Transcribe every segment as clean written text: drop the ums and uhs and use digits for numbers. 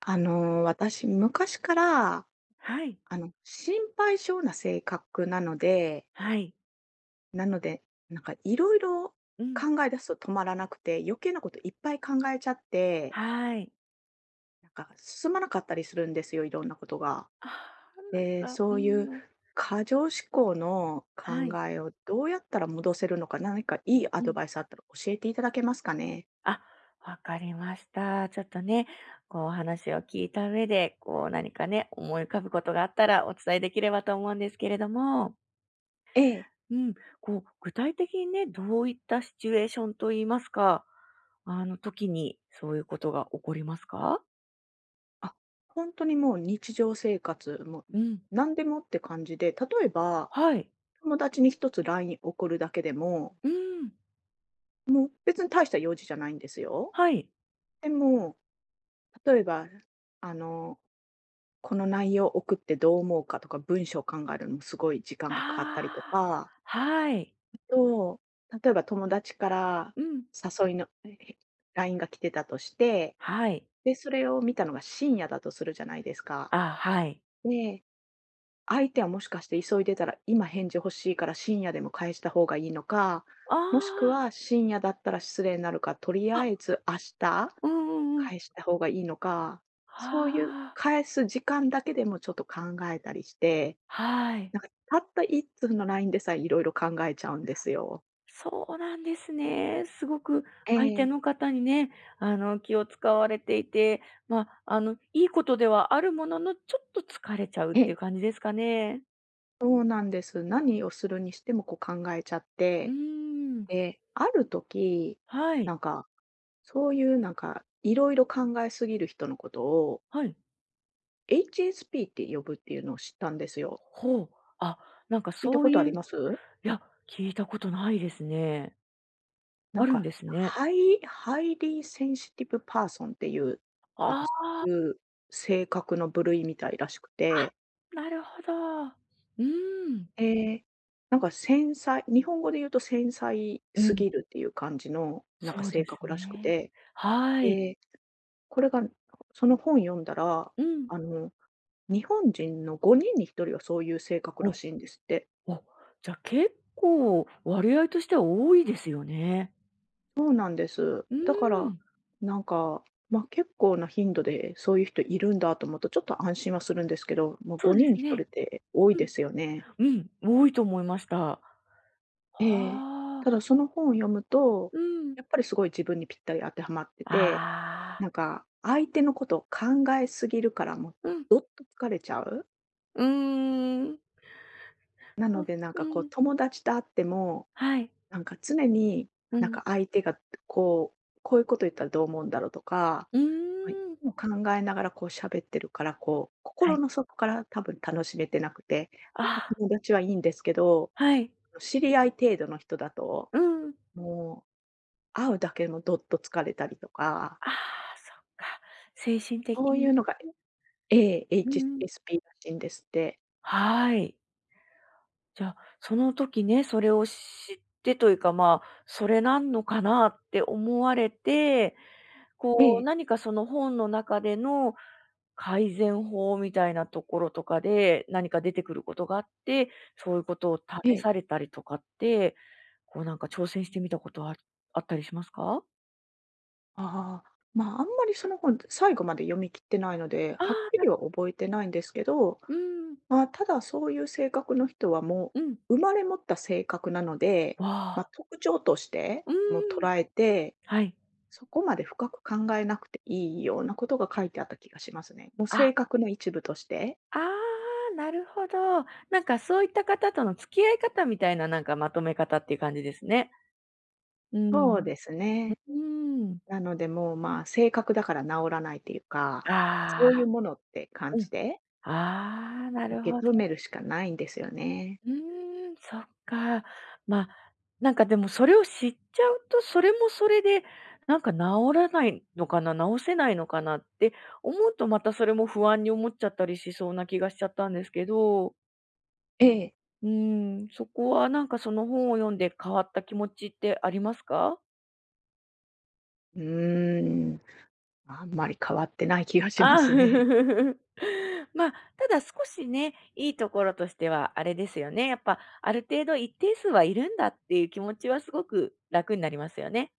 私、昔から、はい。心配性な性格なので、はい。なので、いろいろうん。考え出すと止まらなくて、余計なこといっぱい考えちゃって、はい。進まなかったりするんですよ、いろんなことが。ああ、なんで、か、うそういうん。過剰思考のは考い。えをどうやったら戻せるのか、何かいいアうドん。バイスあったら教えていただけますかね。あ、わかりました。ちょっとね、こうお話を聞いた上で、こう何かね、思い浮かぶことがあったらお伝えできればと思うんですけれども、ええ。うん、こう具体的にね、どういったシチュエーションといいますか、あの時にそういうことが起こりますか？あ、本当にもう日常生活、もううん。何でもって感じで、例えばはい。友達に一つ LINE 送るだけでも、うん。もう別に大した用事じゃないんですよ。はい。でも、例えば、あの、この内容送ってどう思うかとか、文章を考えるのもすごい時間あがかかったりとあ、か、はい。あと、例えば友達からうん。誘いのLINE が来てたとして、はい。で、それを見たのが深夜だとするじゃないですか。あ、はい。で、相手はもしかして急いでたら、今返事欲しいから深夜でも返した方がいいのか、もしくあは深夜だったら失礼になるから、とりあ、ああ、えず明日うんうんうん。返した方がいいのか、そういうああ、返す時間だけでもちょっと考えたりして、はい。たった一通のラインでさえいろいろ考えちゃうんですよ。そうなんですね。すごくえ相手え、の方にね、気を使われていて、まあ、いいことではあるものの、ちょっと疲れちゃうっえていえ、う感じですかね。そうなんです。何をするにしてもこう考えちゃっうーて、ん。で、ある時、はない。んか、そういういろいろ考えすぎる人のことを はい。HSP って呼ぶっていうのを知ったんですよ。ほう。あ、なんか聞いたそこうとあいりう、います？や、聞いたことないですね。なあんるんか、ですね。ハイハイリーセンシティブパーソンっていう、なんかああ、そうあ、いう性格の部類みたいらしくて、なるほど。うーん。え、なんか繊細日本語で言うと繊細うすん。ぎるっていう感じの、なんそかう性です格らしくね。て、はい。で、これがその本読んだら、うん。あの、日本人の5人に1人はそういう性格らお、しいんですって。お、じゃ、結構割合としては多いですよね。そうなんです。うだかーら、ん。なんか、結構な頻度でそういう人いるんだと思うと、ちょっと安心はするんですけど、もうそうで5人にす1ね。人って多いうでん。すよね。うん、多いと思いました。はええ。あ。ただその本を読むと、うん。やっぱりすごい自分にぴったり当てはまってて、ああ、なんか相手のことを考えすぎるから、もううん、どっと疲れちゃう。うーん。なそのう、でなんうかこうん。友達と会っても、はい、なんか常に、うなんかん。相手がこう、こういうこと言ったらどう思うんだろうとか、うはい。ーん。もう考えながらこう喋ってるから、こう、は心い。の底から多分楽しめてなくて、まあだ友達はいいんですけど、あ、はい。知り合い程度の人だと、うん。もう会うだけでもどっと疲れたりとか、ああ、そっか。精神的そういにうね。のが a うんうん。HSP らしいんですって。はい。じゃあ、その時ね、それを知ってというか、まあ、それなんのかなって思われて、えこう、え、何かその本の中での改善法みたいなところとかで、何か出てくることがあって、そういうことをえ試え。されたりとかって、こうなんか挑戦してみたことはあったりしますか？ああ、まあ、あんまりその本、最後まで読み切ってないので、ああはっきー、なりは覚えてないんですけど、うん、まあ、ただ、そういう性格の人はもうん。う、生まれ持った性格なので、わまあ、あ、特徴として、うもうん、捉えて、はい。そこまで深く考えなくていいようなことが書いてあった気がしますね。もうあ性格の一部として。ああ、なるほど。なんかそういった方との付き合い方みたいな、なんかまとめ方っていう感じですね。うそうん。ですうね。ーん。なので、もう、ま、性格だから治らないっていうか、あそういうあ、ものって感うん。じでああ、なる受ほけど。止めるしかないんですよね。うーん、そっか。ま、なんかでもそれを知っちゃうと、それもそれで、なんか治らないのかな、治せないのかなって思うと、またそれも不安に思っちゃったりしそうな気がしちゃったんですけど、ええ。うーん、そこはなんかその本を読んで変わった気持ちってありますか？うーん、あんまり変わってない気がしまあ すね。まあ。まただ少しね、いいところとしてはあれですよね、やっぱある程度一定数はいるんだっていう気持ちはすごく楽になりますよね。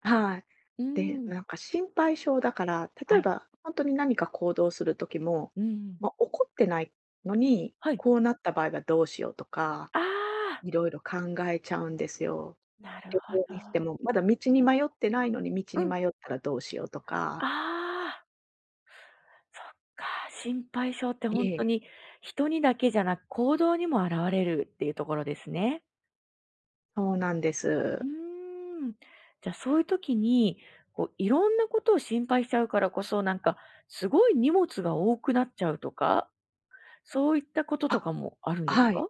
はい。うで、ん。なんか心配性だから、例はえい。ば本当に何か行動する時も、うん。まあ、怒ってないのに、はい。こうなった場合はどうしようとか、ああ、いろいろ考えちゃうんですよ。なる旅ほ行にしてど。も、まだ道に迷ってないのに道うにん。迷ったらどうしようとあか。あ、そっか、心配性って本ええ、当に人にだけじゃなく行動にも現れるっていうところですね。そうなんでうす。ーん。じゃ、あそういう時に、こう、いろんなことを心配しちゃうからこそ、なんか、すごい荷物が多くなっちゃうとか、そういったこととあ、かもあるんですはか？い。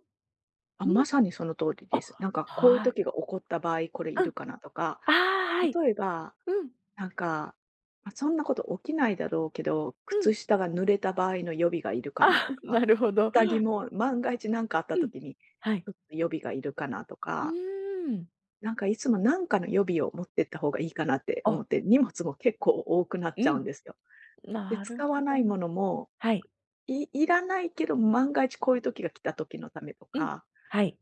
あ、うまん。さにその通りあ、です。なんかこういうはい。時が起こった場合、これいうるん。かなとか、ああ、はい。例えばうん、なんか、そんなこと起きないだろうけど、うん。靴下が濡れた場合の予備がいるかなあ、と なか、るほど。下着も万が一何かあったうん。時に、はい。ちょっと予備がいるかなとうか、ーん。なんかいつも何かの予備を持ってった方がいいかなって思あ、って、荷物も結構多くなっうちゃうん。んですよ。で、なるほ使わないど。ものも、はい。いいらないけど、万が一こういう時が来た時のためとうん。か、はい。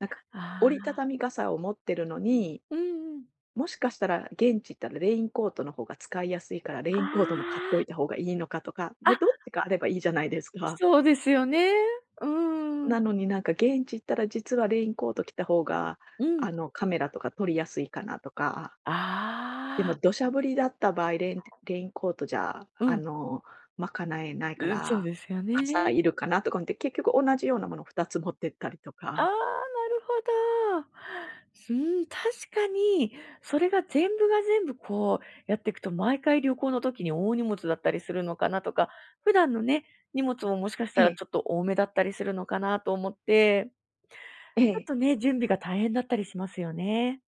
なんかあ折りたあ、たみ傘を持ってるのに、うんうん。もしかしたら、現地行ったらレインコートの方が使いやすいから、レイあンコートも買っといた方がいいのかとか、あ、ま、あ、どっちかあればいいじゃないですか。そうですよね。うーなん。のになんか現地行ったら実はレインコート着た方が、うん。カメラとか撮りやすいかなとか、でもああ、土砂降りだった場合、レインコートじゃ、うん。賄えないかうん、そうら、ですよ傘ね。いるかなとか思って、結局同じようなもの2つ持ってったりとああ、なか。るほど。うん、確かに、それが全部が全部こうやっていくと、毎回旅行の時に大荷物だったりするのかなとか、普段のね、荷物ももしかしえたらえ、ちょっと多めだったりするのかなと思って、えちょっえ、とね、準備が大変だったりしますよね。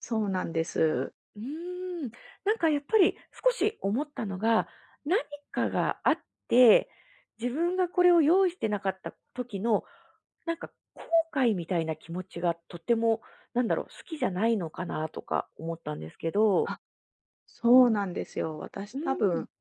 そうなんです。うーん。なんかやっぱり少し思ったのが、何かがあって、自分がこれを用意してなかった時のなんか、後悔みたいな気持ちがとても、なんだろう、好きじゃないのかなとか思ったんですけど。あ、そうなんですよ。私うー多分ん。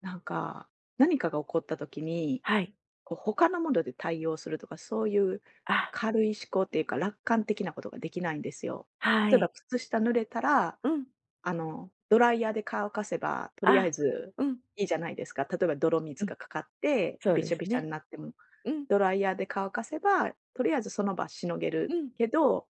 なんか、何かが起こった時に、はい。こう他のもので対応するとか、そういうあ、軽い思考っていうか、楽観的なことができないんですよ。は例えばい。靴下濡れたら、うん。ドライヤーで乾かせば、とりああ、えずうん。いいじゃないですか。例えば泥う水ん。がかかって、そうべでしゃすべしゃね。になってもうん。ドライヤーで乾かせば、とりあえずその場しのげるうん。けど、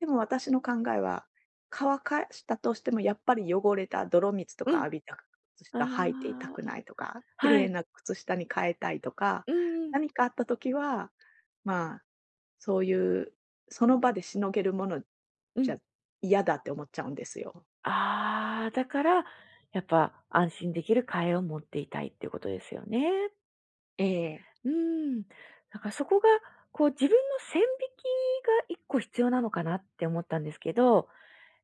でも私の考えは、乾かしたとしてもやっぱり汚れた泥水とうかん。浴びた靴あ下履いていたくあ、ないとか、綺は麗い。な靴下に変えたいとか、うんうん。何かあった時は、まあ、そういうその場でしのげるものうじん。ゃ嫌だって思っちゃうんですよ。ああ、だから、やっぱ安心できる替えを持っていたいっていうことですよね。ええ、うん。だからそこが、こう自分の線引きが一個必要なのかなって思ったんですけど、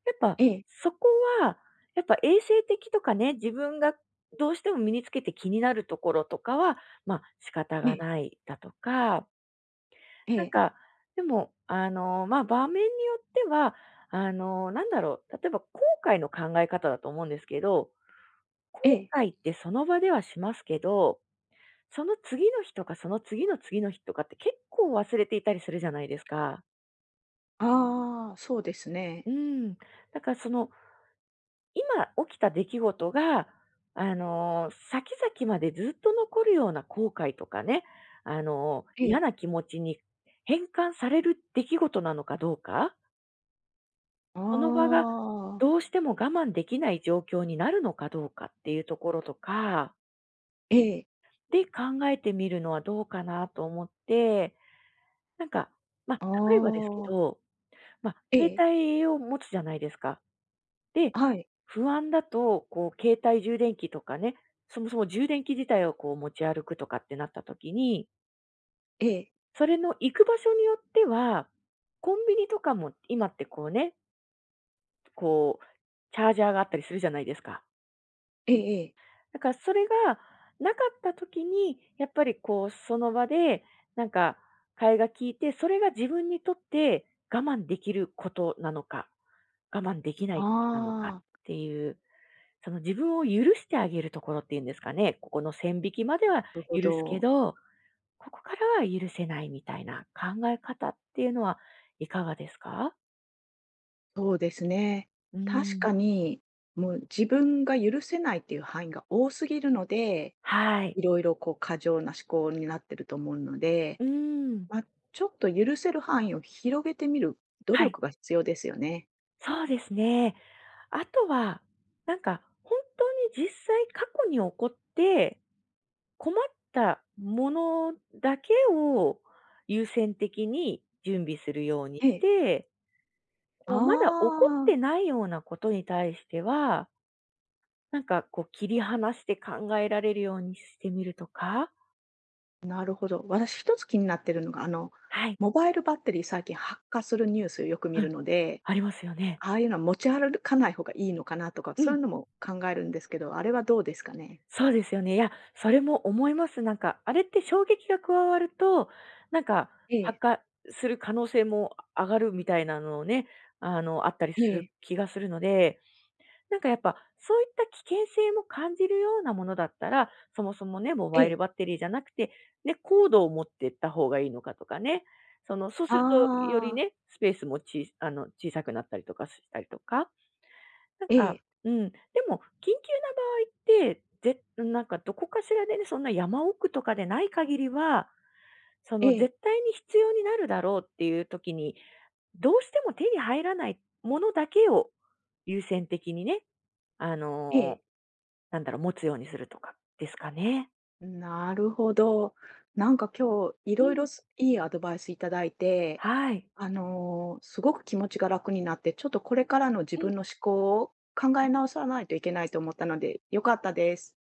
やっぱ、ええ、そこは、やっぱ衛生的とかね、自分がどうしても身につけて気になるところとかは、ま、あ仕方えがえ、ないだとか、えなんえ、か、でも、ま、あ場面によっては、なんだろう、例えば後悔の考え方だと思うんですけど、後ええ。悔ってその場ではしますけど、その次の日とか、その次の次の日とかって結構忘れていたりするじゃないですか。ああ、そうですうね。ん。だからその今起きた出来事が、先々までずっと残るような後悔とかね、え嫌え。な気持ちに変換される出来事なのかどうか、あその場があ、どうしても我慢できない状況になるのかどうかっていうところとか、ええ。で、考えてみるのはどうかなと思って、なんか、まあ、あ例えばですけあ、ど、まあ、え携え、帯を持つじゃないですか。で、はい、不安だと、こう、携帯充電器とかね、そもそも充電器自体をこう持ち歩くとかってなった時に、ええ、それの行く場所によっては、コンビニとかも今ってこうね、こう、チャージャーがあったりするじゃないですか。ええええ。だからそれがなかった時に、やっぱりこう、その場で、なんか、替えが効いて、それが自分にとって我慢できることなのか、我慢できないあことなのかっあ、なていうその自分を許してあげるところっていうんですかね、ここの線引きまではるほ許すけど。ど、ここからは許せないみたいな考え方っていうのはいかがですか？そうですね。う確ん。かに、もう自分が許せないっていう範囲が多すぎるので、はい。いろいろこう過剰な思考になってると思うので、うん。まあ、ちょっと許せる範囲を広げてみる努はい、力が必要ですよね。そうですね。あとは、なんか本当に実際過去に起こって困ったものだけを優先的に準備するようにえしえ、て、あこうまだ起こっあ、てないようなことに対してはなんかこう切り離して考えられるようにしてみるとか。なるほど。私一つ気になってるのが、はい。モバイルバッテリー最近発火するニュースをよく見うるん、ので、ありますよね。ああいうのは持ち歩かない方がいいのかなとか、うそうん。いうのも考えるんですけど、あれはどうですかね？そうですよね。いや、それも思います。なんか、あれって衝撃が加わると、なんか、え発え、火する可能性も上がるみたいなのをね、あったりえするえ、気がするので、なんかやっぱ、そういった危険性も感じるようなものだったら、そもそもね、モえバイえ、ルバッテリーじゃなくて、ね、コードを持ってった方がいいのかとかね。その、そうあするとよりあ、ね、スペースもちあの、小さくなったりとかしたりとか、なんええ、か、うん、でも緊急な場合って、ぜなんかどこかしらでね、そんな山奥とかでない限りは、そえのえ、絶対に必要になるだろうっていう時にどうしても手に入らないものだけを優先的にね、あええ、の、なんだろう、持つようにするとかですかね。なるほど。なんか今日いうろいろん。すいいアドバイスいただいて、はい。すごく気持ちが楽になって、ちょっとこれからの自う分ん。の思考を考はえい。直さないといけないと思ったので、良かったです。